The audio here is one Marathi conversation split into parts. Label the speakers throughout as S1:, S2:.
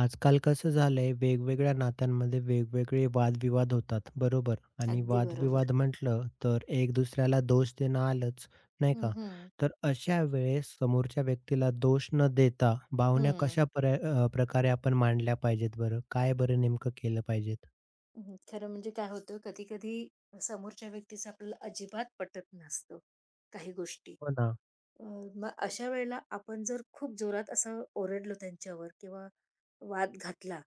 S1: आजकाल कसं झालंय, वेगवेगळ्या नात्यांमध्ये वेगवेगळे वादविवाद होतात, बरोबर? आणि
S2: अगदी बरोबर.
S1: वादविवाद म्हटलं तर एक दुसऱ्याला दोष देणं आलंच. नाही
S2: हं,
S1: का?
S2: हं.
S1: तर अशा वेळेस समोरच्या व्यक्तीला दोष न देता भावना
S2: हं.
S1: कशा प्रकारे आपण मांडल्या पाहिजेत, बरं? काय बरं नेमकं केलं पाहिजेत?
S2: हं. खरं म्हणजे काय होतं, कधी-कधी समोरच्या व्यक्तीचं आपल्याला अजिबात पटत नसतं काही गोष्टी.
S1: हो ना.
S2: अ, मग अशा वेळेला आपण जर खूप जोरात असं ओरडलो त्यांच्यावर किंवा वाद घातला,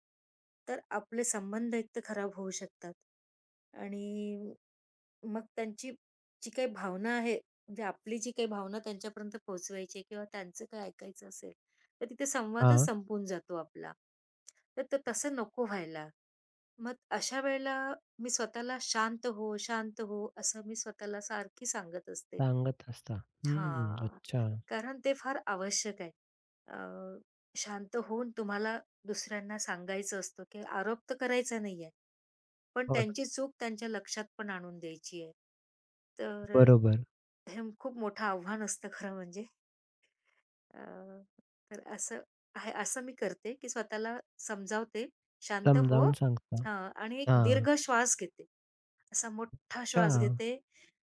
S2: तर आपले संबंध एक तर खराब होऊ शकतात आणि मग त्यांची जी काही भावना आहे, म्हणजे आपली जी काही भावना त्यांच्यापर्यंत पोहोचवायची आहे किंवा त्यांचं काही ऐकायचं असेल, तर तिथे संवादच
S1: हा.
S2: संपून जातो आपला. तर ते तसं नको व्हायला. मग अशा वेळेला मी स्वतःला शांत हो, शांत हो, असं मी स्वतःला सारखी सांगत असते.
S1: सांगत असता, हम्म,
S2: हां,
S1: अच्छा.
S2: कारण ते फार आवश्यक आहे. अ, शांत होऊन तुम्हाला दुसऱ्यांना सांगायचं असतं, की आरोप तर करायचा नाहीये. पण
S1: हो ना.
S2: त्यांची चूक त्यांच्या लक्षात पण आणून द्यायची आहे. तर
S1: बरोबर.
S2: हे खूप मोठं आव्हान असतं खरं म्हणजे. अ, तर असं आहे असं मी करते, की स्वतःला समजावते, "शांत हो."
S1: समजावून सांगता.
S2: हां आणि एक
S1: हा.
S2: दीर्घ श्वास घेते. असा मोठा
S1: अच्छा.
S2: श्वास घेते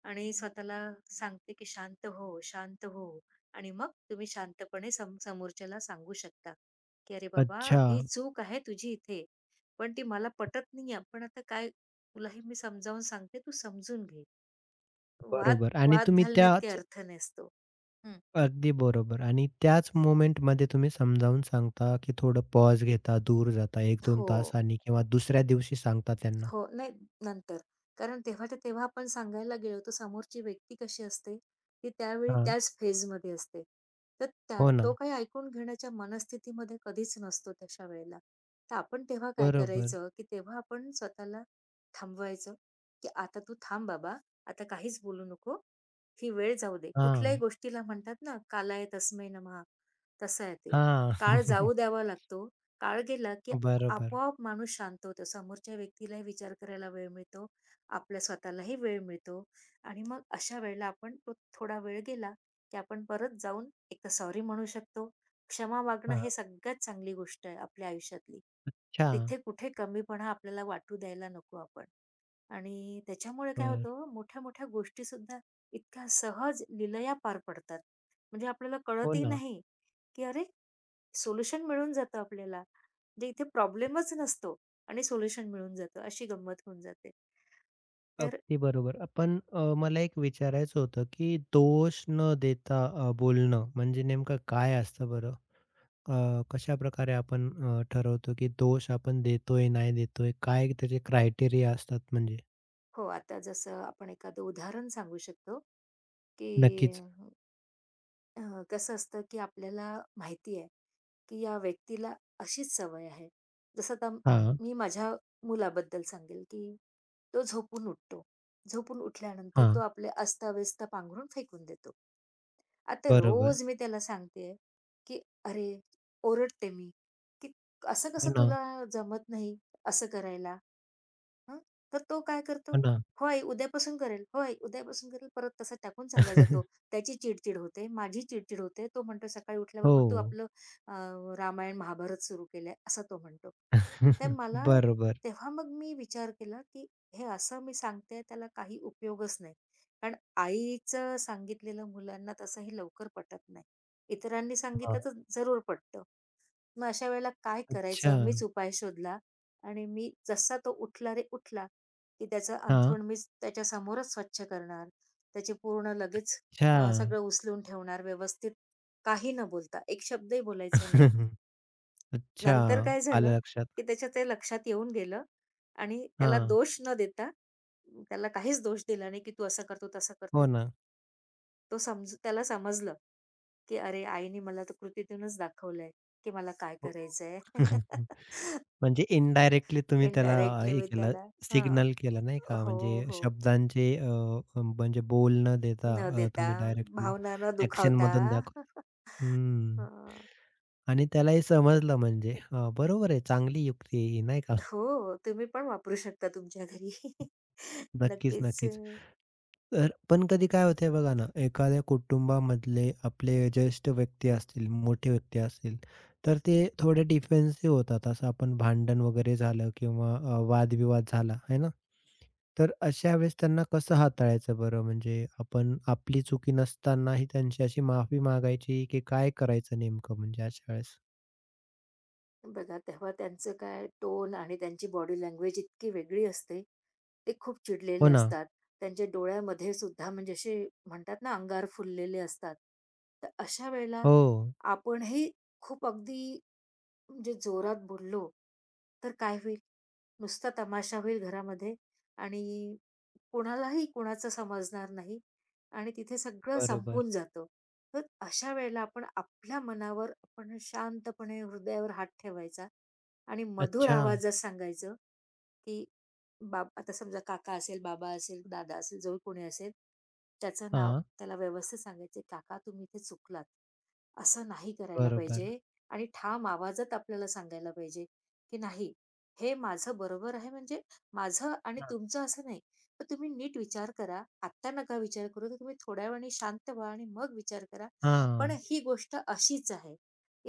S2: आणि स्वतःला सांगते, की "शांत हो, शांत हो" आणि मग तुम्ही शांतपणे समोरच्याला सांगू शकता, की "अरे बाबा,
S1: अच्छा.
S2: ही चूक आहे तुझी इथे, पण ती मला पटत नाहीये. पण आता काय तुला हे मी समजावून सांगते, तू समजून घे." वाद
S1: बरोबर आणि
S2: वाद
S1: तुम्ही त्या
S2: घालण्यात काही अर्थ नसतो. हं.
S1: अगदी बरोबर. आणि त्याच मोमेंटमध्ये तुम्ही समजावून सांगता, की थोडं पॉज घेता, दूर जाता 1-2
S2: हो.
S1: तासांनी किंवा दुसऱ्या दिवशी सांगता त्यांना?
S2: हो, नाही नंतर. कारण तेव्हाच्या तेव्हा आपण सांगायला गेलो, तर समोरची व्यक्ती कशी असते, ती त्यावेळी
S1: हां.
S2: त्याच फेजमध्ये असते. तर
S1: हो ना.
S2: तो काही ऐकून घेण्याच्या मनस्थितीमध्ये कधीच नसतो तशा वेळेला. तर आपण तेव्हा काय
S1: बरोबर.
S2: करायचं, की तेव्हा आपण स्वतःला थांबवायचं, की "आता तू थांब बाबा, आता काहीच बोलू नको. ही वेळ जाऊ दे." कुठल्याही
S1: हां.
S2: गोष्टीला म्हणतात ना, "कालाय तस्मै नमः." तसं आहे ते.
S1: हां.
S2: काळ जाऊ द्यावा लागतो. काळ गेला, की
S1: बरोबर.
S2: आपोआप माणूस शांत होतो. समोरच्या व्यक्तीलाही विचार करायला वेळ मिळतो. आपल्या स्वतःलाही वेळ मिळतो आणि मग अशा वेळेला आपण तो थोडा वेळ गेला, की आपण परत जाऊन एक तर सॉरी म्हणू शकतो. क्षमा मागणं
S1: हां.
S2: हे सगळ्यात चांगली गोष्ट आहे आपल्या आयुष्यातली.
S1: अच्छा.
S2: तिथे कुठे कमीपणा आपल्याला वाटू द्यायला नको आपण. आणि त्याच्यामुळे काय
S1: बरं.
S2: होतं हो, मोठ्या-मोठ्या गोष्टीसुद्धा इतक्या सहज लिलया पार पडतात. म्हणजे आपल्याला
S1: हो
S2: कळतही
S1: ना.
S2: नाही, की अरे सोल्युशन मिळून जातं आपल्याला. म्हणजे इथे प्रॉब्लेमच नसतो आणि सोल्युशन मिळून जातं, अशी गंमत होऊन जाते. तर
S1: अगदी बरोबर. पण, मला एक विचारायचं होतं, की दोष न देता बोलणं म्हणजे नेमकं काय असतं बरं? कशाप्रकारे आपण, ठरवतो, की दोष आपण देतोय, नाही देतोय? काय त्याचे क्रायटेरिया असतात म्हणजे?
S2: हो, आता जसं आपण एखादं उदाहरण सांगू शकतो, की
S1: नक्कीच.
S2: अ, कसं असतं, की आपल्याला माहिती आहे, की या व्यक्तीला अशीच सवय आहे. जसं आता
S1: हां,
S2: मी माझ्या मुलाबद्दल सांगेल, की तो झोपून उठतो. झोपून उठल्यानंतर तो
S1: हां.
S2: आपले अस्ताव्यस्त पांघरून फेकून देतो. आता
S1: बरोबर.
S2: रोज मी त्याला सांगते, की "अरे, ओरडते मी, की असं
S1: हो
S2: कसं
S1: ना,
S2: तुला जमत नाही असं करायला?" हं, तर तो काय करतो,
S1: हो ना.
S2: "होय, उद्यापासून करेल. होय, उद्यापासून करेल." परत तसा टाकून चालला जातो. त्याची चिडचिड होते, माझी चिडचिड होते. तो म्हणतो, "सकाळी उठल्याबरोबर तू
S1: हो.
S2: आपलं अ, रामायण, महाभारत सुरू केलंय," असं तो म्हणतो. तर मला
S1: बरोबर.
S2: तेव्हा मग मी विचार केला, की हे असं मी सांगते त्याला काही उपयोगच नाही. कारण आईचं सांगितलेलं मुलांना तसंही लवकर पटत नाही. इतरांनी
S1: हां.
S2: सांगितलं तर जरूर पटतं. मग अशा वेळेला काय
S1: अच्छा.
S2: करायचं? मीच उपाय शोधला आणि मी जसा तो उठला रे उठला, की त्याचं
S1: हां.
S2: अंथरूण मीच त्याच्यासमोरच स्वच्छ करणार. त्याचे पूर्ण लगेच
S1: अच्छा.
S2: सगळं उचलून ठेवणार व्यवस्थित, काही न बोलता. एक शब्दही बोलायचा नाही.
S1: अच्छा.
S2: नंतर काय झालं,
S1: आलं लक्षात.
S2: की त्याच्या ते लक्षात येऊन गेलं आणि त्याला
S1: हां.
S2: दोष न देता, त्याला काहीच दोष दिला नाही, की तू असं करतो, तसं
S1: हो
S2: करतो.
S1: ना.
S2: तो समज त्याला समजलं, की अरे आईने मला तर कृतीतूनच दाखवलंय, की मला काय
S1: हो.
S2: करायचंय.
S1: म्हणजे इनडायरेक्टली तुम्ही त्याला
S2: इनडायरेक्टली
S1: हे
S2: मी
S1: केलं,
S2: त्याला हां.
S1: सिग्नल केलं, नाही का?
S2: हो,
S1: म्हणजे
S2: हो.
S1: शब्दांचे म्हणजे बोल न देता,
S2: न देता,
S1: तुम्ही डायरेक्ट
S2: भावना न दुखावता.
S1: ॲक्शनमधून दाखवता. हं.
S2: हां.
S1: आणि त्यालाही समजलं म्हणजे. बरोबर आहे, चांगली युक्ती आहे ही, नाही का?
S2: हो, तुम्ही पण वापरू शकता तुमच्या घरी.
S1: नक्कीच,
S2: नक्कीच.
S1: नक्कीच. तर पण कधी काय होतंय बघा ना, एखाद्या कुटुंबामधले आपले ज्येष्ठ व्यक्ती असतील, मोठे व्यक्ती असतील, तर ते थोडे डिफेन्सिव्ह होतात. असं आपण भांडण वगैरे झालं किंवा वादविवाद झाला, आहे ना? तर अशा वेळेस त्यांना कसं हाताळायचं बरं? म्हणजे आपण आपली चुकी नसतानाही त्यांची अशी माफी मागायची की काय करायचं नेमकं म्हणजे अशा वेळेस?
S2: बघा, तेव्हा त्यांचं काय टोन आणि त्यांची बॉडी लँग्वेज इतकी वेगळी असते. ते खूप
S1: हो
S2: चिडलेले
S1: ना.
S2: असतात. त्यांच्या डोळ्यामध्ये सुद्धा म्हणजे असे म्हणतात ना, अंगार फुललेले असतात. तर अशा वेळेला
S1: हो.
S2: आपणही खूप अगदी म्हणजे जोरात बोललो, तर काय होईल? नुसता तमाशा होईल घरामध्ये आणि कोणालाही कोणाचं समजणार नाही आणि तिथे सगळं
S1: बरोबर.
S2: संपून जातं. तर अशा वेळेला आपण आपल्या मनावर आपण शांतपणे हृदयावर हात ठेवायचा आणि मधुर
S1: अच्छा.
S2: आवाजात सांगायचं, की बाब आता समजा काका असेल, बाबा असेल, दादा असेल, जो कोणी असेल, त्याचं नाव
S1: हां.
S2: त्याला व्यवस्थित सांगायचं, "काका तुम्ही इथे चुकलात. असं नाही करायला
S1: बरोबर.
S2: पाहिजे." आणि ठाम आवाजात आपल्याला सांगायला पाहिजे, की "नाही, हे माझं बरोबर आहे म्हणजे माझं आणि तुमचं असं नाही. तर तुम्ही नीट विचार करा. आत्ता नका विचार करू, तर तुम्ही थोड्या वेळाने शांत व्हा आणि मग विचार करा. पण
S1: हां.
S2: ही गोष्ट अशीच आहे.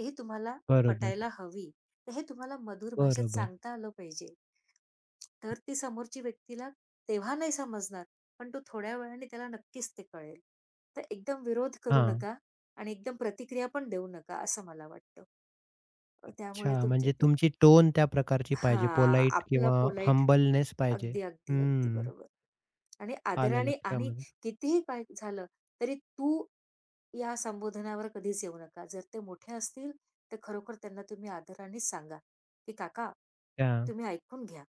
S2: हे तुम्हाला
S1: बरोबर.
S2: पटायला हवी. तर हे तुम्हाला मधुर भाषेत
S1: बरोबर.
S2: सांगता आलं पाहिजे. तर ती समोरची व्यक्तीला तेव्हा नाही समजणार, पण तो थोड्या वेळाने त्याला नक्कीच ते कळेल. तर एकदम विरोध करू
S1: हां.
S2: नका आणि एकदम प्रतिक्रिया पण देऊ नका असं मला वाटतं. त्यामुळे
S1: अच्छा.
S2: तुमचे
S1: म्हणजे
S2: ते
S1: तुमची टोन त्या प्रकारची पाहिजे,
S2: हां,
S1: पोलाईट
S2: आपलं
S1: किंवा
S2: पोलाईट.
S1: हंबलनेस पाहिजे.
S2: अगदी, अगदी, अगदी
S1: हं.
S2: बरोबर. आणि
S1: आलं
S2: आदराने आणि
S1: लक्षामध्ये.
S2: कितीही काय झालं, तरी तू या संबोधनावर कधीच येऊ नका. जर ते मोठे असतील, तर खरोखर त्यांना तुम्ही आदरानेच सांगा, की "काका,
S1: हां.
S2: तुम्ही ऐकून घ्या.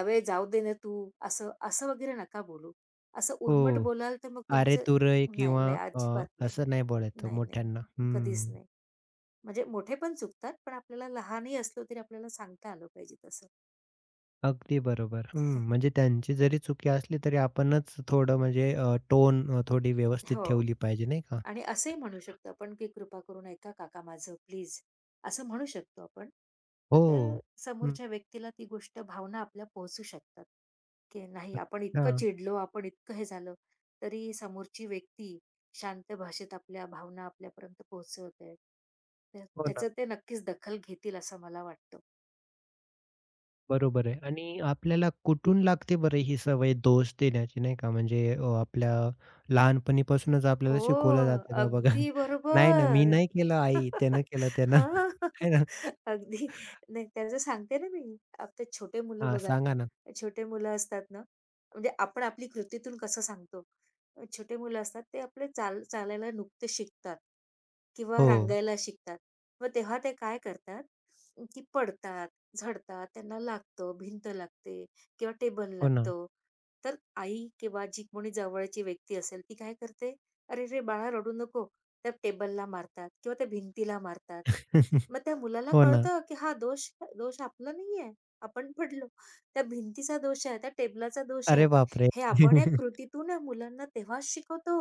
S2: अवे जाऊ दे ना तू." असं असं वगैरे नका बोलू. असं उर्मट
S1: हो.
S2: बोलाल, तर मग
S1: "अरे
S2: तुमचं
S1: तू रे"
S2: नाही,
S1: किंवा,
S2: नाही,
S1: अ,
S2: अजिबात नाही.
S1: असं नाही बोलायचं
S2: नाही,
S1: मोठ्यांना.
S2: नाही, कधीच
S1: हं.
S2: नाही. म्हणजे मोठे पण चुकतात, पण आपल्याला लहानही असलो, तरी आपल्याला सांगता आलं पाहिजे तसं.
S1: अगदी बरोबर. हं. म्हणजे त्यांची जरी चुकी असली तरी आपणच थोडं म्हणजे, टोन, थोडी व्यवस्थित
S2: हो.
S1: ठेवली पाहिजे, नाही का?
S2: आणि असंही म्हणू शकतो आपण, की "कृपा करून ऐका काका माझं प्लीज." असं म्हणू शकतो आपण. तर त्या
S1: हो. हं.
S2: समोरच्या व्यक्तीला ती गोष्ट भावना आपल्या पोहोचू शकतात, की नाही आपण इतकं
S1: हां.
S2: चिडलो, आपण इतकं हे झालं, तरी समोरची व्यक्ती शांत भाषेत आपल्या भावना आपल्यापर्यंत पोहोचवते. त्या
S1: हो ना.
S2: त्याचं ते नक्कीच दखल घेतील असं मला वाटतं.
S1: बरोबर आहे. आणि आपल्याला कुठून लागते बरं ही सवय दोष देण्याची, नाही का? म्हणजे, आपल्या लहानपणीपासूनच
S2: हो,
S1: आपल्याला शिकवलं जातं का, बघा.
S2: अगदी
S1: नाही ना, मी
S2: बरोबर.
S1: नाही केलं आई, त्यानं केलं त्यानं.
S2: हां.
S1: आहे ना?
S2: अगदी. नाही त्याचं सांगते ना मी. आता छोटे मुलं
S1: हां,
S2: बघा,
S1: सांगा ना.
S2: छोटे मुलं असतात ना, म्हणजे आपण आपली कृतीतून कसं सांगतो. छोटे मुलं असतात ते आपले चाल चालायला नुकते शिकतात किंवा
S1: हो,
S2: रांगायला शिकतात. मग तेव्हा ते काय करतात, की पडतात, झडतात, त्यांना लागतं, भिंत लागते किंवा टेबल
S1: हो ना.
S2: लागतो. तर आई किंवा जी कोणी जवळची व्यक्ती असेल ती काय करते, "अरे रे बाळा रडू नको. त्या टेबलला मारतात किंवा त्या भिंतीला मारतात. मग त्या मुलाला
S1: हो ना.
S2: कळतं, की हा दोष दोष आपला नाहीये. आपण पडलो. त्या भिंतीचा दोष आहे, त्या टेबलाचा दोष
S1: अरे
S2: आहे.
S1: बापरे!
S2: हे आपण या कृतीतून या मुलांना तेव्हाच शिकवतो.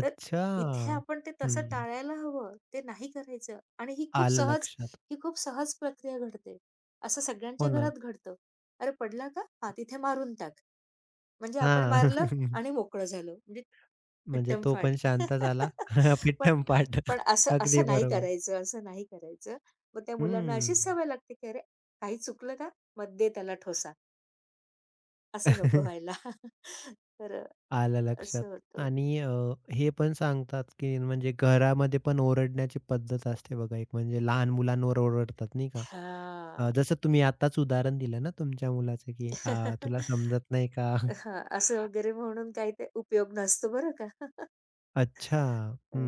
S2: तर इथे आपण ते तसं
S1: हं.
S2: टाळायला हवं. ते नाही करायचं आणि
S1: आलं लक्षात.
S2: ही खूप सहज प्रक्रिया घडते. असं सगळ्यांच्या
S1: हो ना.
S2: घरात घडतं. "अरे पडला का? हां, तिथे मारून टाक." म्हणजे आपण
S1: हां.
S2: मारलं आणि मोकळं झालो. म्हणजे
S1: म्हणजे तो पण
S2: विट्टमफाट.
S1: शांत झाला.
S2: पण
S1: पिट्टम पाट.
S2: पण असं
S1: अगदी
S2: असं नाही
S1: बरोबर.
S2: करायचं, असं नाही करायचं. मग त्या मुलांना
S1: हं.
S2: अशीच सवय लागते, की "अरे, काही चुकलं का? मग दे त्याला ठोसा." असं नको व्हायला. तर
S1: आलं लक्षात.
S2: असं होतं.
S1: आणि हे पण सांगतात, की म्हणजे घरामध्ये पण ओरडण्याची पद्धत असते, बघा. एक म्हणजे लहान मुलांवर ओरडतात, नाही का?
S2: हां.
S1: जसं तुम्ही आताच उदाहरण दिलं ना तुमच्या मुलाचं, की
S2: हां,
S1: "तुला समजत नाही का?"
S2: असं वगैरे म्हणून काही ते उपयोग नसतो बरं का.
S1: अच्छा.
S2: अ,
S1: हं.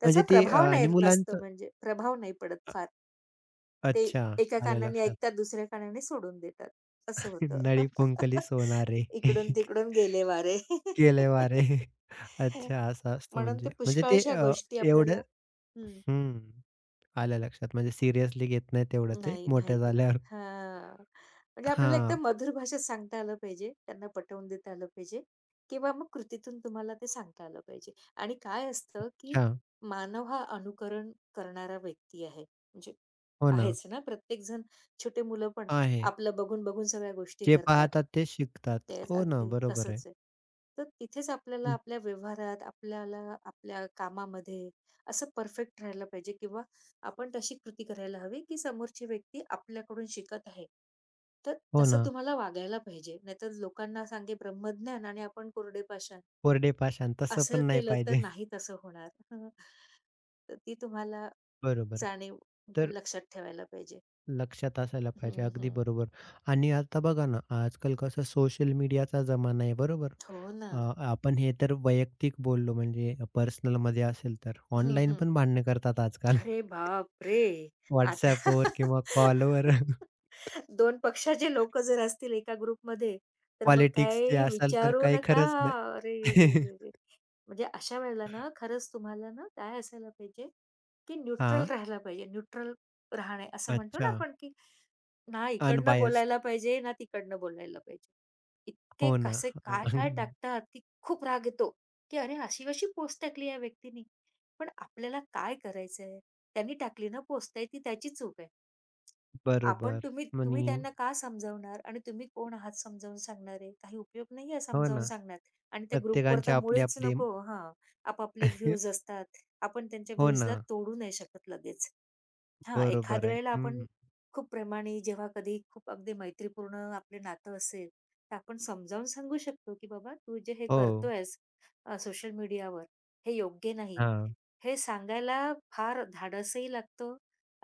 S2: त्याचा
S1: म्हणजे ते
S2: प्रभाव नाही
S1: आणि
S2: नसतो
S1: मुलांचं
S2: म्हणजे प्रभाव नाही पडत फार. ते
S1: अच्छा,
S2: एका
S1: आलं
S2: कानाने
S1: लक्षात.
S2: ऐकतात, दुसऱ्या कानाने सोडून देतात. असं होतं.
S1: नळी फुंकली सोनारे,
S2: इकडून-तिकडून गेले वारे.
S1: केले वारे. अच्छा, असं असतं
S2: म्हणून ते
S1: म्हणजे. म्हणजे ते,
S2: पुष्कळशा गोष्टी आपल्याला
S1: एवढं.
S2: हं.
S1: हं. आलं लक्षात. म्हणजे सीरियसली घेत नाही तेवढं ते
S2: नाही, नाही
S1: मोठे
S2: घेत.
S1: झाल्यावर.
S2: हां. म्हणजे आपल्याला
S1: हां,
S2: एकदम मधुर भाषेत सांगता आलं पाहिजे. त्यांना पटवून देता आलं पाहिजे किंवा मग कृतीतून तुम्हाला ते सांगता आलं पाहिजे. आणि काय असतं, की
S1: अच्छा.
S2: मानव हा अनुकरण करणारा व्यक्ती आहे. म्हणजे
S1: हो ना,
S2: आहेच ना, प्रत्येकजण छोटे मुलं पण
S1: आहे.
S2: आपलं बघून-बघून सगळ्या गोष्टी
S1: जे
S2: करतात.
S1: पाहतात तेच शिकतात.
S2: तेच
S1: हो ना,
S2: अगदी
S1: बरोबर आहे.
S2: तसंच आहे. तर तिथेच आपल्याला
S1: हं,
S2: आपल्या व्यवहारात, आपल्याला आपल्या कामामध्ये असं परफेक्ट राहायला पाहिजे किंवा आपण तशी कृती करायला हवी, की समोरची व्यक्ती आपल्याकडून शिकत आहे. तर
S1: हो
S2: तसं
S1: ना,
S2: तुम्हाला वागायला पाहिजे. नाहीतर लोकांना सांगे ब्रह्मज्ञान आणि आपण कोरडे पाषाण.
S1: कोरडे पाषाण तसं
S2: असं
S1: पण नाही
S2: केलं तर
S1: पाहिजे.
S2: नाही तसं होणार. हं. तर ती तुम्हाला
S1: बरोबर.
S2: जाणीव
S1: तर
S2: लक्षात ठेवायला पाहिजे.
S1: लक्षात असायला
S2: हं,
S1: पाहिजे. अगदी
S2: हं.
S1: बरोबर. आणि आता बघा ना, आजकाल कसं सोशल मीडियाचा जमाना आहे, बरोबर?
S2: हो ना.
S1: अ, आपण हे तर वैयक्तिक बोललो म्हणजे पर्सनलमध्ये असेल तर.
S2: हं,
S1: ऑनलाईन
S2: हं.
S1: पण भांडणं करतात आजकाल.
S2: अरे बापरे! आता
S1: WhatsAppवर किंवा कॉलवर.
S2: दोन पक्षाचे लोकं जर असतील एका ग्रुपमध्ये, तर मग
S1: पॉलिटिक्सचे
S2: काही
S1: असाल तर
S2: विचारू
S1: काही
S2: नका.
S1: खरंच
S2: अरे
S1: नाही.
S2: रे रे रे! म्हणजे अशा वेळेला ना, खरंच तुम्हाला ना, काय असायला पाहिजे, की न्यूट्रल
S1: हां.
S2: राहायला पाहिजे. न्यूट्रल राहणे असं म्हणतो ना
S1: अच्छा,
S2: आपण, की ना इकडनं
S1: अनबायस्ड.
S2: बोलायला पाहिजे, ना तिकडनं बोलायला पाहिजे. इतके
S1: हो ना.
S2: कसे
S1: हां,
S2: काय-काय टाकतात, की खूप राग येतो, की "अरे, अशी-अशी पोस्ट टाकली या व्यक्तीने." पण आपल्याला काय करायचंय? त्यांनी टाकली ना पोस्ट आहे ती त्याची चूक आहे. आपण
S1: बरोबर.
S2: तुम्ही तुम्ही
S1: आणि
S2: त्यांना का समजावणार आणि तुम्ही कोण आहात समजावून सांगणारे? काही उपयोग नाहीये
S1: हो
S2: समजावून
S1: ना,
S2: सांगण्यात आणि त्या ग्रुपवर
S1: प्रत्येकांचे
S2: तर मुळीच
S1: आपले-आपले.
S2: नको हां, आपापले व्ह्यूज असतात. आपण त्यांच्या
S1: हो ना,
S2: व्ह्यूजला तोडू नाही शकत लगेच. हां,
S1: बरोबर
S2: एखाद्या
S1: आहे.
S2: वेळेला आपण
S1: हं,
S2: खूप प्रेमाने जेव्हा कधी खूप अगदी मैत्रीपूर्ण आपले नातं असेल, तर आपण समजावून सांगू शकतो, की "बाबा तू जे हे
S1: हो.
S2: करतोयस सोशल मीडियावर हे योग्य नाही."
S1: हां,
S2: हे सांगायला फार धाडसही लागतं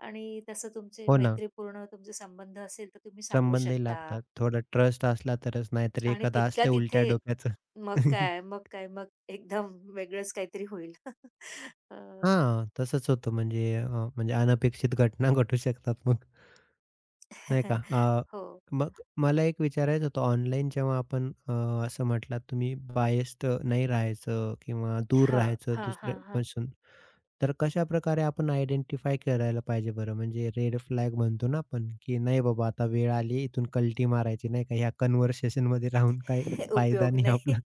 S2: आणि तसं तुमचे
S1: हो ना.
S2: मैत्रीपूर्ण तुमचे संबंध असेल, तर तुम्ही सांगू
S1: संबंधही
S2: शकता
S1: लागतात. थोडा ट्रस्ट असला तरच, नाहीतर
S2: आणि
S1: एखादा
S2: तिथल्या
S1: असतं
S2: तिथे
S1: उलट्या डोक्याचं.
S2: मग काय, मग काय, मग एकदम वेगळंच काहीतरी होईल. अ,
S1: हां, तसंच होतं म्हणजे, म्हणजे अनपेक्षित घटना घटू शकतात मग. नाही का?
S2: हो.
S1: मग मला एक विचारायचं होतं, ऑनलाईन जेव्हा आपण, असं म्हटलात तुम्ही, बायस्ड नाही राहायचं किंवा दूर
S2: हां,
S1: राहायचं
S2: हां, हां, हां.
S1: दुसऱ्यापासून. तर कशाप्रकारे आपण आयडेंटिफाय करायला पाहिजे बरं? म्हणजे रेड फ्लॅग म्हणतो ना आपण, की नाही बाबा आता वेळ आली इथून कल्टी मारायची, नाही का? ह्या कन्व्हर्सेशनमध्ये राहून काही फायदा
S2: उपयोग
S1: नाही
S2: नाही.
S1: आपला.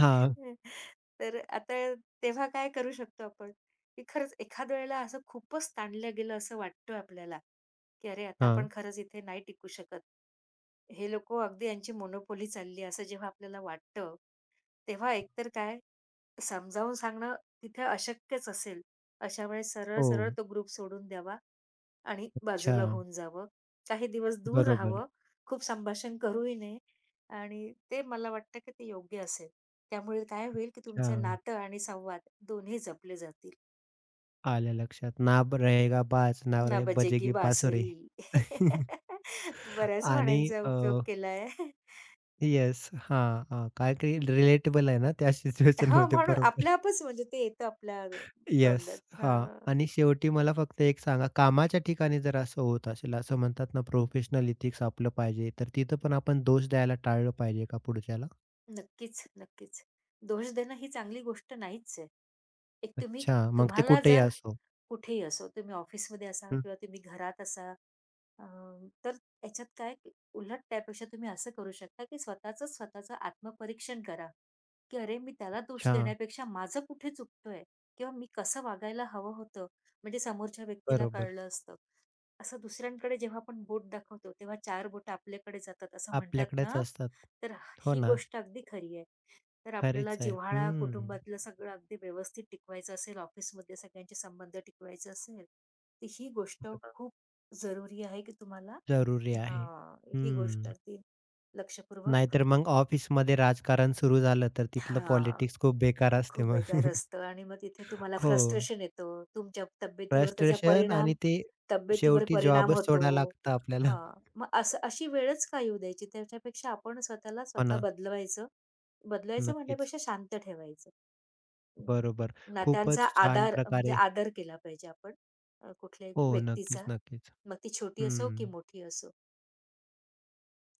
S1: हां,
S2: तर आता तेव्हा काय करू शकतो आपण? की खरंच एखाद्या वेळेला असं खूपच ताणलं गेलं असं वाटतं आपल्याला, की "अरे, आता आपण
S1: हां.
S2: खरंच इथे नाही टिकू शकत. हे लोकं अगदी यांची मोनोपोली चालली" असं जेव्हा आपल्याला वाटतं, तेव्हा एकतर काय समजावून सांगणं तिथे अशक्यच असेल. अशा वेळेस
S1: हो.
S2: सरळ-सरळ तो ग्रुप सोडून द्यावा. आणि
S1: अच्छा.
S2: बाजूला होऊन जावं. काही दिवस दूर
S1: बरोबर.
S2: राहावं. खूप संभाषण करूही नये आणि ते मला वाटतं की ते योग्य असेल. त्यामुळे काय होईल की
S1: अच्छा.
S2: तुमचं नातं आणि संवाद दोन्ही जपले जातील.
S1: आलं लक्षात. ना ब रहेगा बाज, ना
S2: ना
S1: रहे
S2: बजेगी
S1: बजेगी बासुरी.
S2: बासुरी. बऱ्याच
S1: आणि
S2: म्हणांचा उपयोग केलाय.
S1: येस. हां, हां. काय काही रिलेटेबल आहे ना त्या
S2: हो,
S1: सिच्युएशनमध्ये,
S2: म्हणून
S1: बरोबर.
S2: आपल्या-आपच म्हणजे ते येतं आपल्या
S1: येस.
S2: तोंडात.
S1: हां.
S2: हां.
S1: आणि शेवटी मला फक्त एक सांगा, कामाच्या ठिकाणी जर असं होत असेल, असं म्हणतात ना प्रोफेशनल एथिक्स आपलं पाहिजे, तर तिथं पण आपण दोष द्यायला टाळलं पाहिजे का पुढच्याला?
S2: नक्कीच, नक्कीच. दोष देणं ही चांगली गोष्ट नाहीच आहे. एक तुम्ही
S1: अच्छा, मग ते
S2: तुम्हाला
S1: कुठेही
S2: जर
S1: असो.
S2: कुठेही असो, तुम्ही ऑफिसमध्ये असा
S1: हं,
S2: किंवा तुम्ही घरात असा, अ, तर त्याच्यात काय की उलट त्यापेक्षा तुम्ही असं करू शकता, की स्वतःचं स्वतःचं आत्मपरीक्षण करा, की "अरे, मी त्याला दोष
S1: अच्छा.
S2: देण्यापेक्षा माझं कुठे चुकतोय किंवा मी कसं वागायला हवं होतं." म्हणजे समोरच्या व्यक्तीला
S1: बरोबर.
S2: कळलं असतं. असं दुसऱ्यांकडे जेव्हा आपण बोट दाखवतो, तेव्हा 4 बोटं आपल्याकडे जातात असं म्हणतात
S1: आपल्याकडेच
S2: ना,
S1: असतात.
S2: तर
S1: हो
S2: ही
S1: ना,
S2: गोष्ट अगदी खरी आहे. तर आपल्याला
S1: खरीच आहे.
S2: जिव्हाळा,
S1: हं.
S2: कुटुंबातलं सगळं अगदी व्यवस्थित टिकवायचं असेल, ऑफिसमध्ये सगळ्यांचे संबंध टिकवायचे असेल, तर ही गोष्ट खूप जरुरी आहे, की तुम्हाला
S1: जरुरी आहे.
S2: हां, ही गोष्ट
S1: हं.
S2: अगदी लक्षपूर्वक
S1: नाहीतर मग ऑफिसमध्ये राजकारण सुरू झालं, तर तिथलं
S2: हां.
S1: पॉलिटिक्स खूप बेकार असते
S2: खूप
S1: मग.
S2: बेकार असतं आणि मग तिथे तुम्हाला
S1: हो.
S2: फ्रस्ट्रेशन येतं. तुमच्या तब्येतीवर त्याचा
S1: फ्रस्ट्रेशन
S2: परिणाम
S1: आणि ते
S2: तब्येतीवर
S1: शेवटी
S2: परिणाम
S1: जॉबच
S2: होतो.
S1: सोडायला लागतं आपल्याला.
S2: हां, मग असं अशी वेळच का येऊ द्यायची? त्याच्यापेक्षा आपण स्वतःला
S1: हो
S2: स्वतः
S1: ना.
S2: बदलवायचं. बदलायचं
S1: नक्कीच.
S2: म्हणण्यापेक्षा शांत ठेवायचं. अं,
S1: बरोबर.
S2: नात्यांचा
S1: खूपच छान
S2: आधार म्हणजे
S1: प्रकारे.
S2: आदर केला पाहिजे आपण कुठल्याही
S1: हो.
S2: व्यक्तीचा.
S1: नक्कीच, नक्कीच.
S2: मग ती छोटी असो की
S1: हं.
S2: मोठी असो.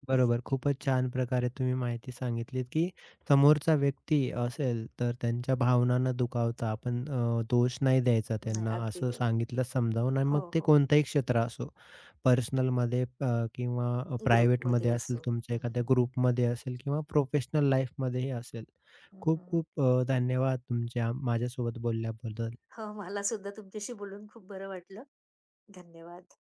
S1: बरोबर. खूपच छान प्रकारे तुम्ही माहिती सांगितलीत, की समोरचा व्यक्ती असेल, तर त्यांच्या भावना न दुखावता आपण, दोष नाही द्यायचा
S2: नाही,
S1: त्यांना,
S2: अगदी
S1: असं
S2: बरोबर.
S1: सांगितलं समजावून. आणि
S2: हो,
S1: मग ते
S2: हो.
S1: कोणतंही क्षेत्र असो, पर्सनलमध्ये, किंवा
S2: ग्रुपमध्ये
S1: प्रायव्हेटमध्ये असेल,
S2: असो. हं,
S1: तुमच्या
S2: हं,
S1: एखाद्या
S2: हं.
S1: ग्रुपमध्ये असेल किंवा प्रोफेशनल लाईफमध्येही असेल. खूप
S2: हं,
S1: खूप, धन्यवाद तुमच्या माझ्यासोबत बोलल्याबद्दल.
S2: हो, मला सुद्धा तुमच्याशी बोलून खूप बरं वाटलं. धन्यवाद.